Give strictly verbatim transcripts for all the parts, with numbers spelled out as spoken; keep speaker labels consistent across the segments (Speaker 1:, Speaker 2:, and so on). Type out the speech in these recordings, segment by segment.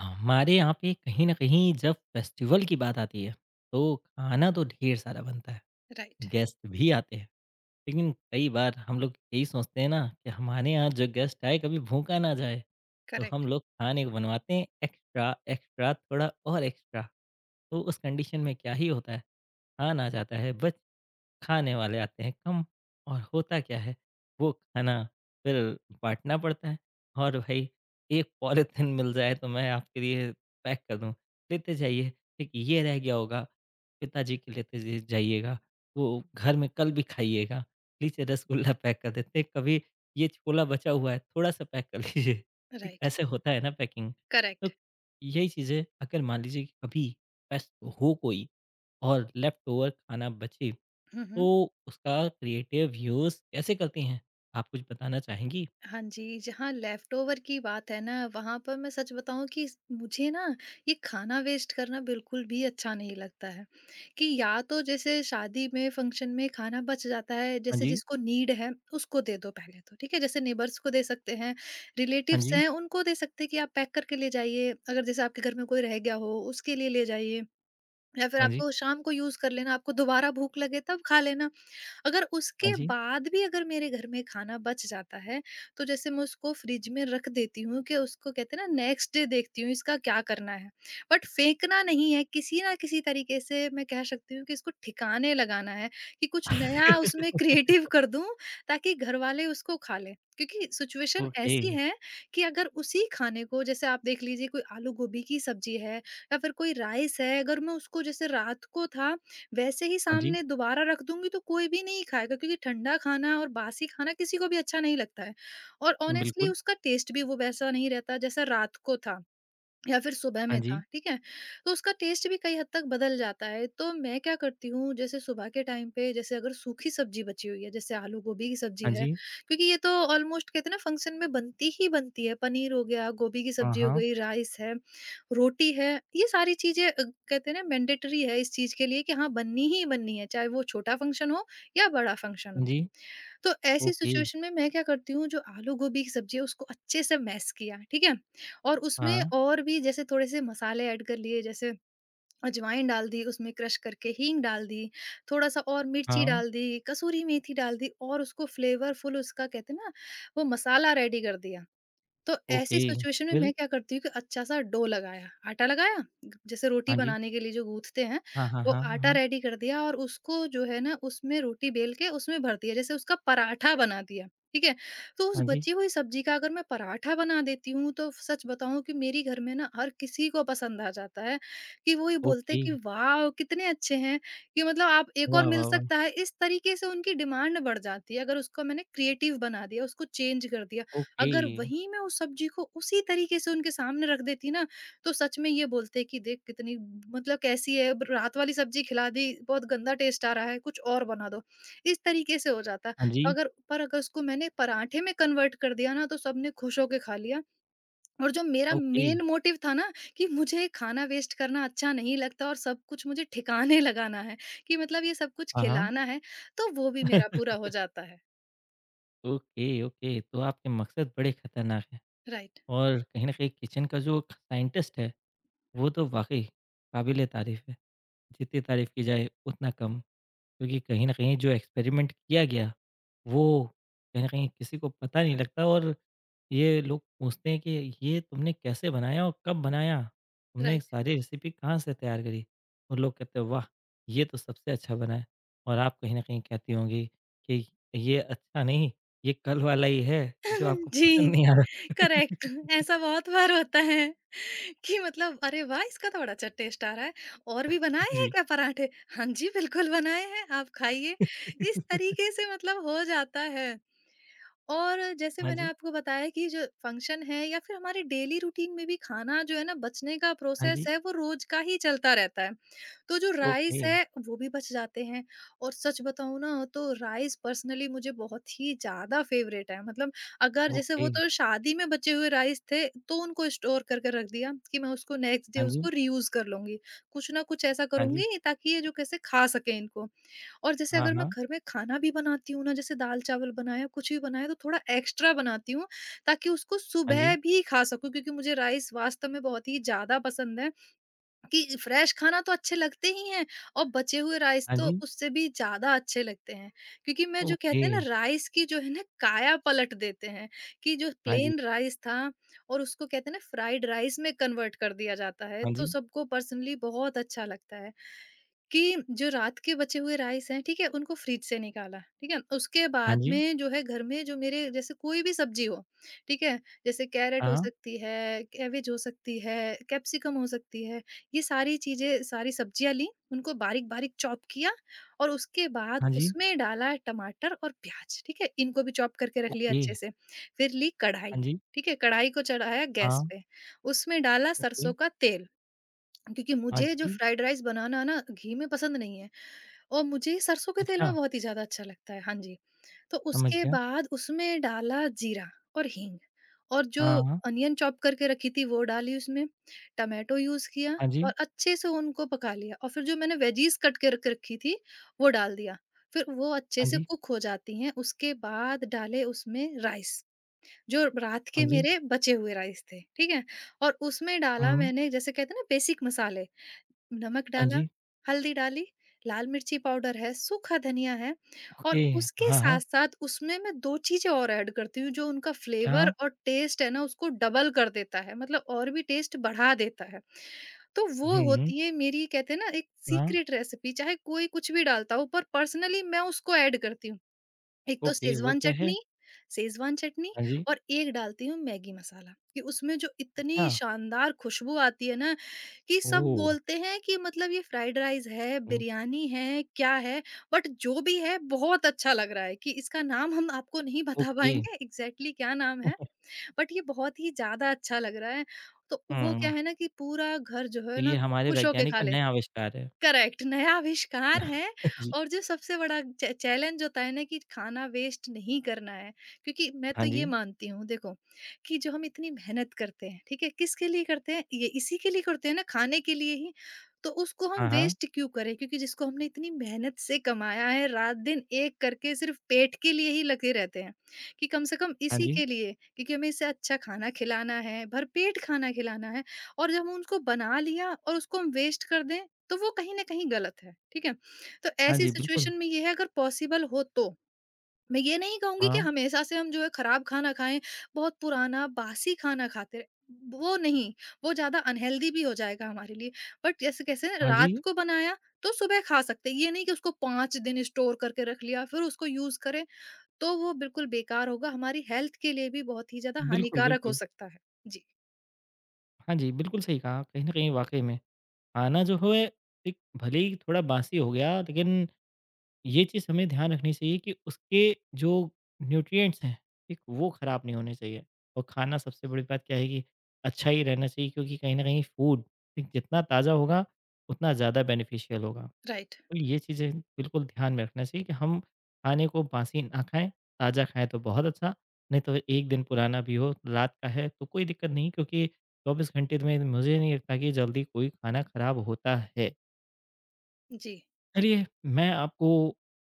Speaker 1: हमारे यहाँ पे कहीं न कहीं जब फेस्टिवल की बात आती है, तो खाना तो ढेर सारा बनता है,
Speaker 2: राइट।
Speaker 1: गेस्ट भी आते हैं। लेकिन कई बार हम लोग यही सोचते हैं ना कि हमारे यहाँ जो गेस्ट आए कभी भूखा ना जाए, तो हम
Speaker 2: करेक्ट।
Speaker 1: लोग खाने को बनवाते हैं एक्स्ट्रा, एक्स्ट्रा थोड़ा और एक्स्ट्रा। तो उस कंडीशन में क्या ही होता है, खाना आ जाता है बच खाने वाले आते हैं कम और होता क्या है वो खाना फिर बाँटना पड़ता है और भाई एक पॉलीथिन मिल जाए तो मैं आपके लिए पैक कर दूँ, लेते जाइए, ठीक ये रह गया होगा, पिताजी के लेते ज जाइएगा, वो घर में कल भी खाइएगा, लीजिए रसगुल्ला पैक कर देते हैं, कभी ये छोला बचा हुआ है थोड़ा-सा पैक कर लीजिए, ठीक
Speaker 2: राइट।
Speaker 1: ऐसे होता है ना पैकिंग। तो
Speaker 2: करेक्ट।
Speaker 1: यही चीज़ें अगर मान लीजिए कि कभी व्यस्त हो कोई और लेफ्ट ओवर खाना बचे
Speaker 2: हम्म।
Speaker 1: तो उसका क्रिएटिव यूज़ कैसे करती हैं? आप कुछ बताना चाहेंगी?
Speaker 2: हाँ जी, जहाँ लेफ्ट ओवर की बात है ना वहां पर मैं सच बताऊं कि इस- मुझे ना ये खाना वेस्ट करना बिल्कुल भी अच्छा नहीं लगता है। कि या तो जैसे शादी में फंक्शन में खाना बच जाता है,
Speaker 1: हाँ
Speaker 2: जैसे
Speaker 1: जी।
Speaker 2: जिसको नीड है उसको दे दो पहले तो ठीक है, जैसे नेबर्स को दे सकते हैं,
Speaker 1: हाँ
Speaker 2: रिलेटिव्स
Speaker 1: जी।
Speaker 2: हैं उनको दे सकते हैं कि आप पैक करके ले जाइए, अगर जैसे आपके घर में कोई रह गया हो उसके लिए ले जाइए। या फिर
Speaker 1: हाँ जी।
Speaker 2: आपको शाम को यूज कर लेना, आपको दोबारा भूख लगे तब खा लेना। अगर
Speaker 1: हाँ
Speaker 2: उसके
Speaker 1: जी।
Speaker 2: बाद भी अगर मेरे घर में खाना बच जाता है, तो जैसे मैं उसको फ्रिज में रख देती हूँ कि उसको कहते हैं ना, नेक्स्ट डे देखती हूँ इसका क्या करना है। बट फेंकना नहीं है, किसी ना किसी तरीके से मैं कह सकती हूँ कि इसको ठिकाने लगाना है, कि कुछ नया उसमें क्रिएटिव कर दूँ ताकि घरवाले उसको खा लें। क्योंकि सिचुएशन
Speaker 1: ओके।
Speaker 2: ऐसी है कि अगर उसी खाने को जैसे आप देख लीजिए, कोई आलू गोभी की सब्जी है या फिर कोई राइस है, अगर मैं उसको जैसे रात को था वैसे ही
Speaker 1: हाँ जी।
Speaker 2: सामने दोबारा रख दूँगी तो कोई भी नहीं खाएगा, क्योंकि ठंडा खाना और बासी खाना किसी को भी अच्छा नहीं लगता है। और ऑनेस्टली
Speaker 1: बिल्कुल।
Speaker 2: उसका टेस्ट भी वो वैसा नहीं रहता जैसा रात को था। या फिर सुबह
Speaker 1: हाँ
Speaker 2: में था,
Speaker 1: जी।
Speaker 2: ठीक है? तो उसका टेस्ट भी कई हद तक बदल जाता है। तो मैं क्या करती हूँ, जैसे सुबह के टाइम पे जैसे अगर सूखी सब्ज़ी बची हुई है, जैसे आलू गोभी की सब्ज़ी
Speaker 1: हाँ
Speaker 2: है,
Speaker 1: जी।
Speaker 2: क्योंकि ये तो ऑलमोस्ट कहते हैं ना, फंक्शन में बनती ही बनती है। पनीर हो गया, गोभी की
Speaker 1: हाँ,
Speaker 2: सब्ज़ी हो
Speaker 1: हाँ।
Speaker 2: गई, राइस है, रोटी है, ये सारी चीज़ें अ, कहते हैं ना मैंडेटरी है इस चीज़ के लिए कि हाँ बननी ही बननी है, चाहे वो छोटा फंक्शन हो या बड़ा फंक्शन
Speaker 1: हाँ
Speaker 2: हो।
Speaker 1: जी।
Speaker 2: तो ऐसी
Speaker 1: ओके।
Speaker 2: सिचुएशन में मैं क्या करती हूँ, जो आलू गोभी की सब्जी है उसको अच्छे से मैश किया, ठीक है? और उसमें
Speaker 1: हाँ,
Speaker 2: और भी जैसे थोड़े से मसाले ऐड कर लिए, जैसे अजवाइन डाल दी, उसमें क्रश करके हींग डाल दी, थोड़ा सा और मिर्ची
Speaker 1: हाँ।
Speaker 2: डाल दी, कसूरी मेथी डाल दी, और उसको फ्लेवरफुल उसका कहते हैं ना वो मसाला रेडी कर दिया। तो
Speaker 1: ओके।
Speaker 2: ऐसी सिचुएशन में
Speaker 1: फिर?
Speaker 2: मैं क्या करती हूँ कि अच्छा सा डो लगाया, आटा लगाया, ग जैसे रोटी
Speaker 1: हाँ जी।
Speaker 2: बनाने के लिए जो गूँथते हैं,
Speaker 1: हाँ, हाँ,
Speaker 2: वो
Speaker 1: हाँ,
Speaker 2: आटा
Speaker 1: हाँ।
Speaker 2: रेडी कर दिया और उसको जो है ना, उसमें रोटी बेल के उसमें भर दिया, जैसे उसका पराठा बना दिया, ठीक है? तो उस
Speaker 1: हाँ जी।
Speaker 2: बची हुई सब्ज़ी का अगर मैं पराठा बना देती हूँ, तो सच बताऊँ कि मेरी घर में ना हर किसी को पसंद आ जाता है, कि वो ये बोलते हैं
Speaker 1: ओके।
Speaker 2: कि वाओ! कितने अच्छे हैं, कि मतलब आप एक और
Speaker 1: वाह,
Speaker 2: मिल
Speaker 1: वाह, वाह!
Speaker 2: सकता है, इस तरीके से उनकी डिमांड बढ़ जाती है, अगर उसको मैंने क्रिएटिव बना दिया, उसको चेंज कर दिया।
Speaker 1: ओके।
Speaker 2: अगर वहीं मैं उस सब्जी को उसी तरीके से उनके सामने रख देती ना, तो सच में ये बोलते कि देख कितनी मतलब कैसी है, ब रात वाली सब्जी खिला दी, बहुत गंदा टेस्ट आ रहा है, कुछ और बना दो। इस तरीके से हो जाता।
Speaker 1: हाँ जी।
Speaker 2: अगर पर अगर उसको मैंने पराठे में कन्वर्ट कर दिया ना, तो सबने खुश होके खा लिया, और जो मेरा
Speaker 1: ओके।
Speaker 2: मेन मोटिव था ना कि मुझे खाना वेस्ट करना अच्छा नहीं लगता और सब कुछ मुझे ठिकाने लगाना है, कि मतलब ये सब कुछ
Speaker 1: हाँ, हाँ।
Speaker 2: खिलाना है, तो वो भी मेरा पूरा हो जाता है।
Speaker 1: Okay, okay. तो आपके मकसद बड़े खतरनाक हैं
Speaker 2: राइट,
Speaker 1: और कहीं न कहीं किचन का जो साइंटिस्ट है वो तो वाक़ई काबिल-ए-तारीफ़ है। जितनी तारीफ़ की जाए उतना कम क्योंकि कहीं न कहीं जो एक्सपेरिमेंट किया गया, वो कहीं न कहीं किसी को पता नहीं लगता और ये लोग पूछते हैं कि ये तुमने कैसे बनाया और कब बनाया? तुमने
Speaker 2: राइट।
Speaker 1: सारी रेसिपी कहाँ से तैयार करी? और लोग कहते हैं वाह! ये तो सबसे अच्छा बना है और आप कहीं न कहीं कहती होंगी कि ये अच्छा नहीं, ये कल वाला ही है जो आपको पसंद
Speaker 2: जी।
Speaker 1: नहीं आया।
Speaker 2: करेक्ट। ऐसा बहुत बार होता है कि मतलब अरे वाह, इसका तो बड़ा अच्छा टेस्ट आ रहा है, और भी बनाए हैं
Speaker 1: जी।
Speaker 2: क्या पराठे? हाँ जी बिल्कुल बनाए हैं, आप खाइए। इस तरीके से मतलब हो जाता है। और जैसे
Speaker 1: हाँ
Speaker 2: मैंने
Speaker 1: जी,
Speaker 2: आपको बताया कि जो फंक्शन है या फिर हमारे डेली रूटीन में भी, खाना जो है ना बचने का
Speaker 1: हाँ
Speaker 2: प्रोसेस
Speaker 1: जी,
Speaker 2: है वो रोज का ही चलता रहता है। तो जो राइस
Speaker 1: ओके।
Speaker 2: है वो भी बच जाते हैं, और सच बताऊं ना तो राइस पर्सनली मुझे बहुत ही ज्यादा फेवरेट है, मतलब अगर जैसे, वो
Speaker 1: ओके,
Speaker 2: तो शादी में बचे हुए राइस थे तो उनको स्टोर करके रख दिया कि मैं उसको नेक्स्ट डे
Speaker 1: हाँ जी,
Speaker 2: उसको रीयूज कर लूंगी, कुछ ना कुछ ऐसा
Speaker 1: हाँ जी,
Speaker 2: करूंगी ताकि ये जो कैसे खा सके इनको। और जैसे
Speaker 1: हाँ,
Speaker 2: अगर मैं
Speaker 1: हाँ,
Speaker 2: घर में खाना भी बनाती हूँ ना, जैसे दाल-चावल बनाया, कुछ भी बनाया, तो थोड़ा एक्स्ट्रा बनाती हूँ, ताकि उसको
Speaker 1: हाँ
Speaker 2: सुबह
Speaker 1: जी,
Speaker 2: भी खा सकूँ, क्योंकि मुझे राइस वास्तव में बहुत ही ज़्यादा पसंद है। कि फ्रेश खाना तो अच्छे लगते ही हैं, और बचे हुए राइस
Speaker 1: हाँ
Speaker 2: तो
Speaker 1: जी,
Speaker 2: उससे भी ज़्यादा अच्छे लगते हैं। क्योंकि मैं जो
Speaker 1: ओके,
Speaker 2: कहते हैं ना, राइस की जो है ना काया पलट देते हैं, कि जो
Speaker 1: हाँ जी,
Speaker 2: प्लेन राइस था और उसको कहते हैं ना, फ्राइड राइस में कन्वर्ट कर दिया जाता है,
Speaker 1: हाँ
Speaker 2: तो
Speaker 1: जी,
Speaker 2: सबको पर्सनली बहुत अच्छा लगता है। कि जो रात के बचे हुए राइस हैं, ठीक है? उनको फ्रिज से निकाला, ठीक है? उसके
Speaker 1: हाँ
Speaker 2: बाद
Speaker 1: जी,
Speaker 2: में जो है, घर में जो मेरे जैसे कोई भी सब्ज़ी हो, ठीक है? जैसे कैरट हो
Speaker 1: हाँ,
Speaker 2: सकती है, कैबेज हो सकती है, कैप्सिकम हो सकती है, ये सारी चीज़ें, सारी सब्ज़ियाँ लीं, उनको बारीक-बारीक चॉप किया, और उसके बाद
Speaker 1: हाँ जी,
Speaker 2: उसमें डाला टमाटर और प्याज़, ठीक है? इनको भी चॉप करके रख लिया
Speaker 1: ओके,
Speaker 2: अच्छे से। फिर ली
Speaker 1: हाँ
Speaker 2: कढ़ाई,
Speaker 1: जी,
Speaker 2: ठीक है? कढ़ाई को चढ़ाया
Speaker 1: हाँ,
Speaker 2: गैस पे, उसमें डाला
Speaker 1: ओके,
Speaker 2: सरसों का तेल, क्योंकि
Speaker 1: हाँ
Speaker 2: मुझे जो
Speaker 1: जी,
Speaker 2: फ्राइड राइस बनाना ना घी में पसंद नहीं है, और मुझे सरसों के तेल
Speaker 1: अच्छा,
Speaker 2: में बहुत ही ज़्यादा अच्छा लगता है। हाँ जी। तो
Speaker 1: समझ
Speaker 2: उसके
Speaker 1: गया,
Speaker 2: बाद उसमें डाला जीरा और हींग, और जो
Speaker 1: हाँ, हाँ,
Speaker 2: अनियन चॉप करके रखी थी वो डाली उसमें, टोमेटो यूज़ किया,
Speaker 1: हाँ जी,
Speaker 2: और अच्छे से उनको पका लिया, और फिर जो मैंने वेजीज़ कट के रख रखी थी वो डाल दिया। फिर वो अच्छे
Speaker 1: हाँ
Speaker 2: से
Speaker 1: जी,
Speaker 2: कुक हो जाती हैं, उसके बाद डाले उसमें राइस, जो रात
Speaker 1: हाँ
Speaker 2: के
Speaker 1: जी,
Speaker 2: मेरे बचे हुए राइस थे, ठीक है? और उसमें डाला
Speaker 1: हुँ,
Speaker 2: मैंने जैसे कहते हैं ना बेसिक मसाले, नमक
Speaker 1: हाँ
Speaker 2: डाला,
Speaker 1: जी,
Speaker 2: हल्दी डाली, लाल मिर्ची पाउडर है, सूखा धनिया है,
Speaker 1: ओके,
Speaker 2: और उसके
Speaker 1: हाँ, हाँ,
Speaker 2: साथ-साथ उसमें मैं दो चीज़ें और ऐड करती हूँ, जो उनका फ्लेवर
Speaker 1: क्या?
Speaker 2: और टेस्ट है ना उसको डबल कर देता है, मतलब और भी टेस्ट बढ़ा देता है। तो वो
Speaker 1: हुँ,
Speaker 2: होती है मेरी कहते हैं ना एक
Speaker 1: हाँ,
Speaker 2: सीक्रेट रेसिपी, चाहे कोई कुछ भी डालता हो पर पर्सनली मैं उसको ऐड करती हूँ। एक तो
Speaker 1: ओके, वो
Speaker 2: शेज़वान
Speaker 1: क्या है?
Speaker 2: चटनी। शेज़वान चटनी,
Speaker 1: हाँ जी,
Speaker 2: और एक डालती हूँ मैगी मसाला, कि उसमें जो
Speaker 1: अच्छा,
Speaker 2: इतनी शानदार खुशबू आती है ना, कि सब
Speaker 1: ओह!
Speaker 2: बोलते हैं कि मतलब ये फ्राइड राइस है,
Speaker 1: हुँ,
Speaker 2: बिरयानी है, क्या है? बट जो भी है बहुत अच्छा लग रहा है, कि इसका नाम हम आपको नहीं बता
Speaker 1: ओके,
Speaker 2: पाएँगे एग्ज़ैक्टली क्या नाम है, बट ये बहुत ही ज़्यादा अच्छा लग रहा है। तो वो क्या
Speaker 1: हुँ,
Speaker 2: है ना कि पूरा घर जो
Speaker 1: तो
Speaker 2: है
Speaker 1: ये
Speaker 2: ना
Speaker 1: हमारे
Speaker 2: खुश होके
Speaker 1: वैज्ञानिक
Speaker 2: खा
Speaker 1: का
Speaker 2: लेता
Speaker 1: नया
Speaker 2: है।
Speaker 1: आविष्कार है।
Speaker 2: करेक्ट, नया आविष्कार है।
Speaker 1: जी,
Speaker 2: और जो सबसे बड़ा चै चैलेंज होता है ना, कि खाना वेस्ट नहीं करना है। क्योंकि मैं
Speaker 1: हाँ
Speaker 2: तो ये
Speaker 1: जी,
Speaker 2: मानती हूँ देखो, कि जो हम इतनी मेहनत करते हैं, ठीक है? किसके लिए करते हैं? ये इसी के लिए करते हैं ना, खाने के लिए ही। तो उसको हम
Speaker 1: हाँ, हाँ,
Speaker 2: वेस्ट क्यों करें? क्योंकि जिसको हमने इतनी मेहनत से कमाया है, रात-दिन एक करके सिर्फ़ पेट के लिए ही लगे रहते हैं, कि कम से कम
Speaker 1: हाँ
Speaker 2: इसी
Speaker 1: जी।
Speaker 2: के लिए, क्योंकि हमें इसे अच्छा खाना खिलाना है, भरपेट खाना खिलाना है। और जब हम उसको बना लिया और उसको हम वेस्ट कर दें, तो वो कहीं न कहीं गलत है, ठीक है? तो
Speaker 1: हाँ
Speaker 2: ऐसी
Speaker 1: जी, बिल्कुल।
Speaker 2: सिचुएशन में ये है अगर पॉसिबल हो तो। मैं ये नहीं कहूँगी कि
Speaker 1: हाँ,
Speaker 2: हमेशा से हम जो है खराब खाना खाएँ, बहुत पुराना बासी खाना खाते रहें। वो नहीं, वो ज़्यादा अनहेल्दी भी हो जाएगा हमारे लिए। बट जैसे कैसे
Speaker 1: हाँ जी,
Speaker 2: रात को बनाया तो सुबह खा सकते हैं, ये नहीं कि उसको पाँच दिन स्टोर करके रख लिया फिर उसको यूज़ करें, तो वो बिल्कुल बेकार होगा, हमारी हेल्थ के लिए भी बहुत ही ज़्यादा
Speaker 1: बिल्कुल,
Speaker 2: हानिकारक हो
Speaker 1: बिल्कुल।
Speaker 2: सकता है। जी,
Speaker 1: हाँ जी, बिल्कुल सही कहा। कहीं न कहीं वाक़ई में खाना जो है एक भले ही थोड़ा बासी हो गया लेकिन ये चीज़ हमें ध्यान रखनी चाहिए कि उसके जो न्यूट्रिएंट्स हैं, ठीक, वो ख़राब नहीं होने चाहिए। और खाना सबसे बड़ी बात क्या है कि अच्छा ही रहना चाहिए क्योंकि कहीं न कहीं फूड, ठीक, जितना ताज़ा होगा उतना ज़्यादा बेनिफिशियल होगा।
Speaker 2: राइट।
Speaker 1: तो ये चीज़ें बिल्कुल ध्यान में रखना चाहिए कि हम खाने को बासी ना खाएँ, ताज़ा खाएँ तो बहुत अच्छा, नहीं तो एक दिन पुराना भी हो, रात का है तो कोई दिक्कत नहीं क्योंकि चौबीस घंटे में मुझे नहीं लगता कि जल्दी कोई खाना खराब होता है।
Speaker 2: जी,
Speaker 1: चलिए मैं आपको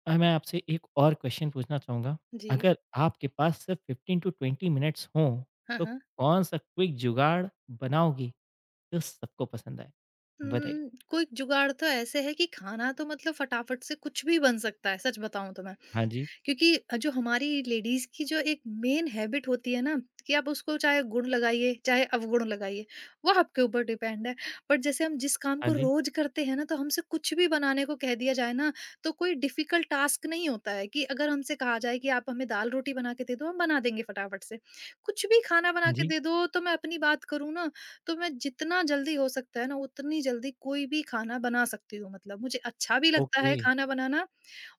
Speaker 1: अ, मैं आपसे एक और क्वेश्चन पूछना चाहूँगा,
Speaker 2: जी।
Speaker 1: अगर आपके पास सिर्फ फ़िफ़्टीन टू ट्वेंटी मिनट्स हों,
Speaker 2: हाँ,
Speaker 1: तो
Speaker 2: हाँ।
Speaker 1: कौन-सा क्विक जुगाड़ बनाओगी जो सबको पसंद आए? बताइए।
Speaker 2: उम, कोई जुगाड़ तो ऐसे है कि खाना तो मतलब फटाफट से कुछ भी बन सकता है, सच बताऊँ तो मैं।
Speaker 1: हाँ जी,
Speaker 2: क्योंकि अ, जो हमारी लेडीज की जो एक मेन हैबिट होती है ना कि आप उसको चाहे गुण लगाइए चाहे अवगुण लगाइए वो आपके ऊपर डिपेंड है। बट जैसे हम जिस काम
Speaker 1: हाँ
Speaker 2: को
Speaker 1: जी,
Speaker 2: रोज करते हैं ना तो हमसे कुछ भी बनाने को कह दिया जाए ना, तो कोई डिफिकल्ट टास्क नहीं होता है कि अगर हमसे कहा जाए कि आप हमें दाल रोटी बना के दे दो हम बना देंगे फटाफट से। कुछ भी खाना बना
Speaker 1: हाँ
Speaker 2: के
Speaker 1: जी,
Speaker 2: दे दो तो मैं अपनी बात करूँ ना, तो मैं जितना जल्दी हो सकता है ना उतनी जल्दी कोई भी खाना बना सकती हूँ, मतलब मुझे अच्छा भी लगता
Speaker 1: ओके,
Speaker 2: है खाना बनाना।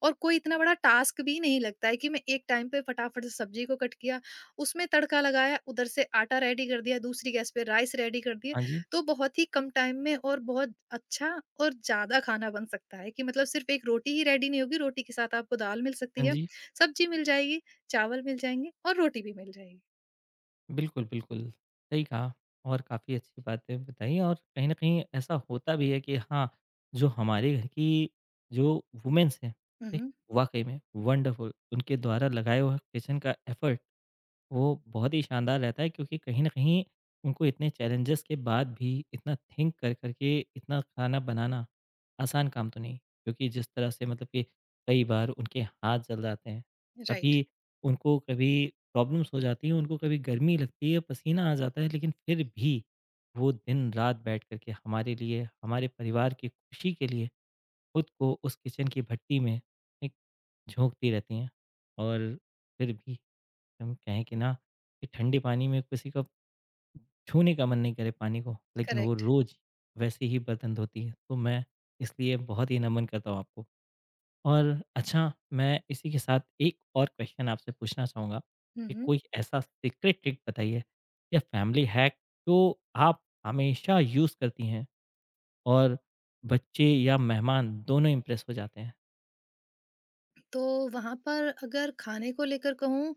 Speaker 2: और कोई इतना बड़ा टास्क भी नहीं लगता है कि मैं एक टाइम पे फटाफट से सब्जी को कट किया, उसमें तड़का लगाया, उधर से आटा रेडी कर दिया, दूसरी गैस पे राइस रेडी कर दिए।
Speaker 1: हाँ जी,
Speaker 2: तो बहुत ही कम टाइम में और बहुत अच्छा और ज़्यादा खाना बन सकता है कि मतलब सिर्फ़ एक रोटी ही रेडी नहीं होगी, रोटी के साथ आपको दाल मिल सकती
Speaker 1: हाँ
Speaker 2: है,
Speaker 1: जी।
Speaker 2: सब्जी मिल जाएगी, चावल मिल जाएँगे और रोटी भी मिल जाएगी।
Speaker 1: बिल्कुल, बिल्कुल। सही कहा और काफ़ी अच्छी बातें बताई और कहीं न कहीं ऐसा होता भी है कि हाँ, जो हमारे घर की जो वूमेन्स हैं,
Speaker 2: हुँ,
Speaker 1: एक
Speaker 2: हुँ।
Speaker 1: वाक़ई में वंडरफुल उनके द्वारा लगाया हुआ किचन का एफर्ट वो बहुत ही शानदार रहता है क्योंकि कहीं न कहीं उनको इतने चैलेंजेस के बाद भी इतना थिंक कर कर के इतना खाना बनाना आसान काम तो नहीं। क्योंकि जिस तरह से मतलब कि कई बार उनके हाथ जल जाते हैं,
Speaker 2: राइट,
Speaker 1: कभी उनको कभी प्रॉब्लम्स हो जाती हैं, उनको कभी गर्मी लगती है, पसीना आ जाता है, लेकिन फिर भी वो दिन-रात बैठ कर के हमारे लिए, हमारे परिवार की खुशी के लिए खुद को उस किचन की भट्टी में एक झोंकती रहती हैं और फिर भी हम कहें कि ना कि ठंडे पानी में किसी का छूने का मन नहीं करे पानी को, लेकिन वो
Speaker 2: करेक्ट।
Speaker 1: रोज़ वैसे ही बर्तन धोती है। तो मैं इसलिए बहुत ही नमन करता हूँ आपको। और अच्छा मैं इसी के साथ एक और क्वेश्चन आपसे पूछना चाहूँगा
Speaker 2: हुँ,
Speaker 1: कि
Speaker 2: हुँ।
Speaker 1: कोई ऐसा सीक्रेट ट्रिक बताइए या फैमिली हैक जो आप हमेशा यूज़ करती हैं और बच्चे या मेहमान दोनों इम्प्रेस हो जाते हैं?
Speaker 2: तो वहाँ पर अगर खाने को लेकर कहूँ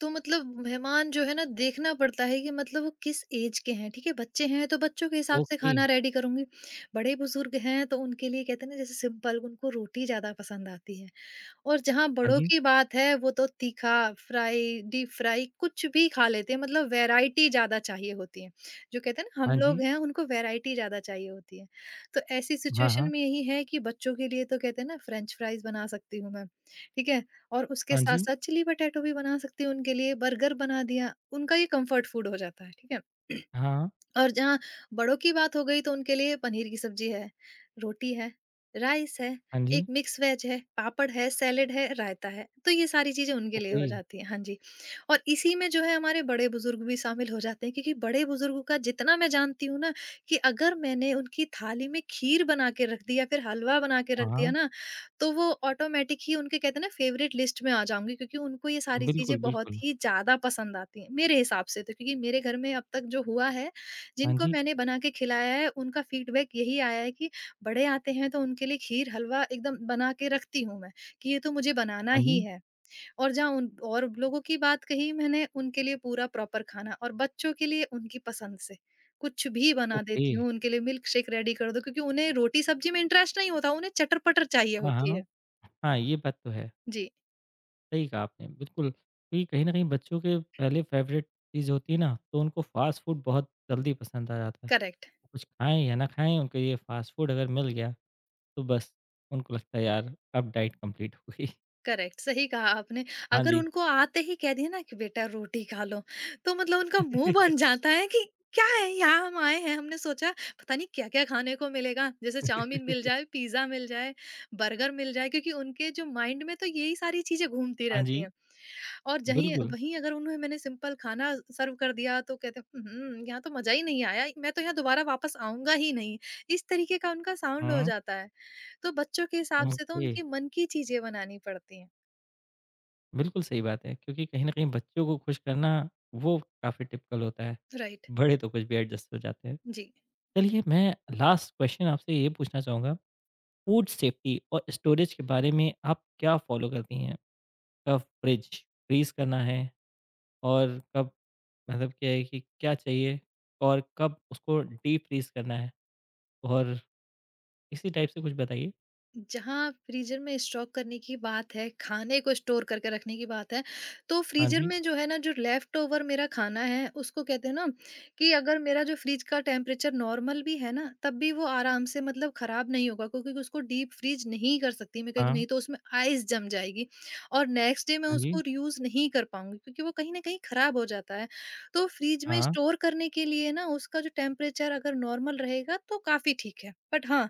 Speaker 2: तो मतलब मेहमान जो है ना देखना पड़ता है कि मतलब वो किस एज के हैं, ठीक है? बच्चे हैं तो बच्चों के हिसाब से
Speaker 1: ओके।
Speaker 2: खाना रेडी करूंगी। बड़े बुजुर्ग हैं तो उनके लिए कहते हैं ना जैसे सिंपल उनको रोटी ज्यादा पसंद आती है। और जहाँ
Speaker 1: हाँ
Speaker 2: बड़ों
Speaker 1: जी,
Speaker 2: की बात है वो तो तीखा, फ्राई, डीप फ्राई कुछ भी खा लेते हैं, मतलब वैरायटी ज़्यादा चाहिए होती है। जो कहते हैं ना हम
Speaker 1: हाँ
Speaker 2: लोग
Speaker 1: जी।
Speaker 2: हैं उनको वैरायटी ज़्यादा चाहिए होती है। तो ऐसी
Speaker 1: हाँ,
Speaker 2: सिचुएशन
Speaker 1: हाँ।
Speaker 2: में यही है कि बच्चों के लिए तो कहते हैं ना फ्रेंच फ्राइज़ बना सकती हूँ मैं, ठीक है? और उसके
Speaker 1: हाँ जी।
Speaker 2: साथ-साथ चिली पोटैटो भी बना सकती हूँ उनके लिए, बर्गर बना दिया, उनका ये कम्फर्ट फूड हो जाता है, ठीक है?
Speaker 1: हाँ,
Speaker 2: और जहाँ बड़ों की बात हो गई तो उनके लिए पनीर की सब्जी है, रोटी है, राइस है,
Speaker 1: हाँ
Speaker 2: एक
Speaker 1: जी।
Speaker 2: मिक्स वेज है, पापड़ है, सैलेड है, रायता है। तो ये सारी चीज़ें उनके लिए
Speaker 1: ओके।
Speaker 2: हो जाती हैं। हाँ जी। और इसी में जो है हमारे बड़े-बुज़ुर्ग भी शामिल हो जाते हैं क्योंकि बड़े-बुज़ुर्गों का जितना मैं जानती हूँ ना कि अगर मैंने उनकी थाली में खीर बना के रख दी या फिर हलवा बना के
Speaker 1: हाँ,
Speaker 2: रख दिया
Speaker 1: हाँ।
Speaker 2: ना, तो वो ऑटोमेटिक ही उनके कहते हैं ना फ़ेवरेट लिस्ट में आ जाऊँगी क्योंकि उनको ये सारी
Speaker 1: बिल्कुल,
Speaker 2: चीज़ें बहुत
Speaker 1: बिल्कुल।
Speaker 2: ही ज़्यादा पसंद आती हैं, मेरे हिसाब से तो, क्योंकि मेरे घर में अब तक जो हुआ है
Speaker 1: हाँ
Speaker 2: जिनको
Speaker 1: जी,
Speaker 2: मैंने बना के खिलाया है उनका फीडबैक यही आया है कि बड़े आते हैं तो उनके लिए खीर हलवा एकदम बना के रखती हूँ मैं कि ये तो मुझे बनाना
Speaker 1: हाँ
Speaker 2: ही
Speaker 1: जी,
Speaker 2: है। और जहाँ उन और लोगों की बात कही मैंने उनके लिए पूरा प्रॉपर खाना और बच्चों के लिए उनकी पसंद से कुछ भी बना
Speaker 1: ओके।
Speaker 2: देती हूँ, उनके लिए मिल्क शेक रेडी कर दो क्योंकि उन्हें रोटी सब्जी में इंटरेस्ट नहीं होता, उन्हें चटर पटर चाहिए
Speaker 1: हाँ,
Speaker 2: होती
Speaker 1: हाँ।
Speaker 2: है।
Speaker 1: हाँ, ये बात तो है।
Speaker 2: जी।
Speaker 1: सही कहा आपने, बिल्कुल क्योंकि कहीं न कहीं बच्चों के पहले फ़ेवरेट चीज़ होती है ना, तो उनको फ़ास्ट फ़ूड बहुत जल्दी पसंद आ जाता है।
Speaker 2: करेक्ट।
Speaker 1: कुछ खाएँ या ना खाएँ, उनको ये फ़ास्ट फ़ूड अगर मिल गया, तो बस उनको लगता है यार अब डाइट कंप्लीट हो गई।
Speaker 2: करेक्ट, सही कहा आपने।
Speaker 1: हाँ
Speaker 2: अगर
Speaker 1: जी।
Speaker 2: उनको आते ही कह दिया ना कि बेटा रोटी खा लो, तो मतलब उनका मुँह बन जाता है कि क्या है, यहाँ हम आए हैं, हमने सोचा पता नहीं क्या-क्या खाने को मिलेगा। जैसे चाउमीन मिल जाए, पिज़्ज़ा मिल जाए, बर्गर मिल जाए, क्योंकि उनके जो माइंड में तो यही सारी चीज़ें घूमती
Speaker 1: हाँ
Speaker 2: रहती
Speaker 1: जी,
Speaker 2: हैं। और जहीं
Speaker 1: बिल्कुल।
Speaker 2: वहीं अगर उन्हें मैंने सिंपल खाना सर्व कर दिया तो कहते हैं, "उहुँ, यहाँ तो मज़ा ही नहीं आया, मैं तो यहाँ दोबारा वापस आऊँगा ही नहीं।" इस तरीके का उनका साउंड हो
Speaker 1: हुँ,
Speaker 2: जाता है। तो बच्चों के हिसाब से तो
Speaker 1: ओके।
Speaker 2: उनके मन की चीज़ें बनानी पड़ती हैं।
Speaker 1: बिल्कुल सही बात है क्योंकि कहीं न कहीं बच्चों को खुश करना, वो काफ़ी टिपिकल होता है।
Speaker 2: राइट।
Speaker 1: बड़े तो कुछ भी एडजस्ट हो जाते हैं।
Speaker 2: जी।
Speaker 1: चलिए मैं लास्ट क्वेश्चन आपसे ये पूछना चाहूँगा, फूड सेफ्टी और स्टोरेज के बारे में आप क्या फॉलो करती हैं? कब फ्रिज फ्रीज़ करना है और कब मतलब क्या है कि क्या चाहिए और कब उसको डीफ्रीज़ करना है? और इसी टाइप से कुछ बताइए।
Speaker 2: जहाँ फ्रीजर में स्टॉक करने की बात है, खाने को स्टोर करके रखने की बात है, तो
Speaker 1: हाँ
Speaker 2: फ्रीजर
Speaker 1: जी,
Speaker 2: में जो है ना जो लेफ्ट ओवर मेरा खाना है उसको कहते हैं ना कि अगर मेरा जो फ्रिज का टेम्परेचर नॉर्मल भी है ना तब भी वो आराम से मतलब खराब नहीं होगा, क्योंकि उसको डीप फ्रीज नहीं कर सकती मैं क्योंकि
Speaker 1: हाँ,
Speaker 2: नहीं तो उसमें आइस जम जाएगी और नेक्स्ट डे मैं
Speaker 1: हाँ जी,
Speaker 2: उसको यूज नहीं कर पाऊंगी क्योंकि वो कहीं ना कहीं खराब हो जाता है। तो फ्रिज में
Speaker 1: हाँ,
Speaker 2: स्टोर करने के लिए ना उसका जो टेम्परेचर अगर नॉर्मल रहेगा तो काफी ठीक है, बट हाँ,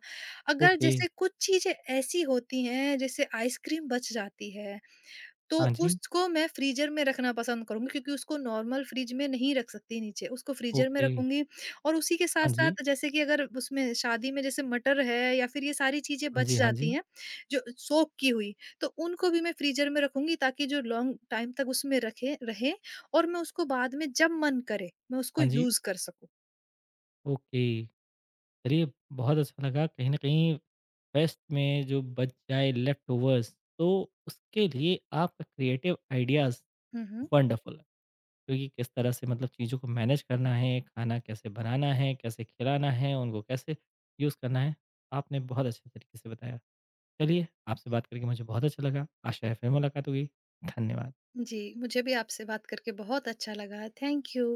Speaker 2: अगर
Speaker 1: ओके,
Speaker 2: जैसे कुछ चीज़ें ऐसी होती हैं, जैसे आइसक्रीम बच जाती है, तो
Speaker 1: हाँ जी,
Speaker 2: उसको मैं फ्रीज़र में रखना पसंद करूँगी क्योंकि उसको नॉर्मल फ्रिज में नहीं रख सकती नीचे, उसको फ्रीज़र में
Speaker 1: ओके,
Speaker 2: रखूँगी। और उसी के
Speaker 1: हाँ जी,
Speaker 2: साथ-साथ जैसे कि अगर उसमें शादी में जैसे मटर है या फिर ये सारी चीज़ें
Speaker 1: हाँ जी,
Speaker 2: बच
Speaker 1: हाँ जी,
Speaker 2: जाती हैं, जो सोक की हुई, तो उनको भी मैं फ्रीज़र में रखूँगी ताकि जो लॉन्ग टाइम तक उसमें रखे रहे और मैं उसको बाद में जब मन करे, मैं उसको
Speaker 1: हाँ जी,
Speaker 2: यूज़ कर सकूँ।
Speaker 1: ओके। चलिए बहुत अच्छा लगा कहीं न कहीं वेस्ट में जो बच जाए लेफ्ट ओवर्स तो उसके लिए आपका क्रिएटिव आइडियाज़
Speaker 2: हुँ, हुँ।
Speaker 1: वंडरफुल है। क्योंकि किस तरह से मतलब चीज़ों को मैनेज करना है, खाना कैसे बनाना है, कैसे खिलाना है, उनको कैसे यूज़ करना है, आपने बहुत अच्छे तरीके से बताया। चलिए आपसे बात करके मुझे बहुत अच्छा लगा। आशा है फिर मुलाकात होगी। धन्यवाद।
Speaker 2: जी, मुझे भी आपसे बात करके बहुत अच्छा लगा। Thank you.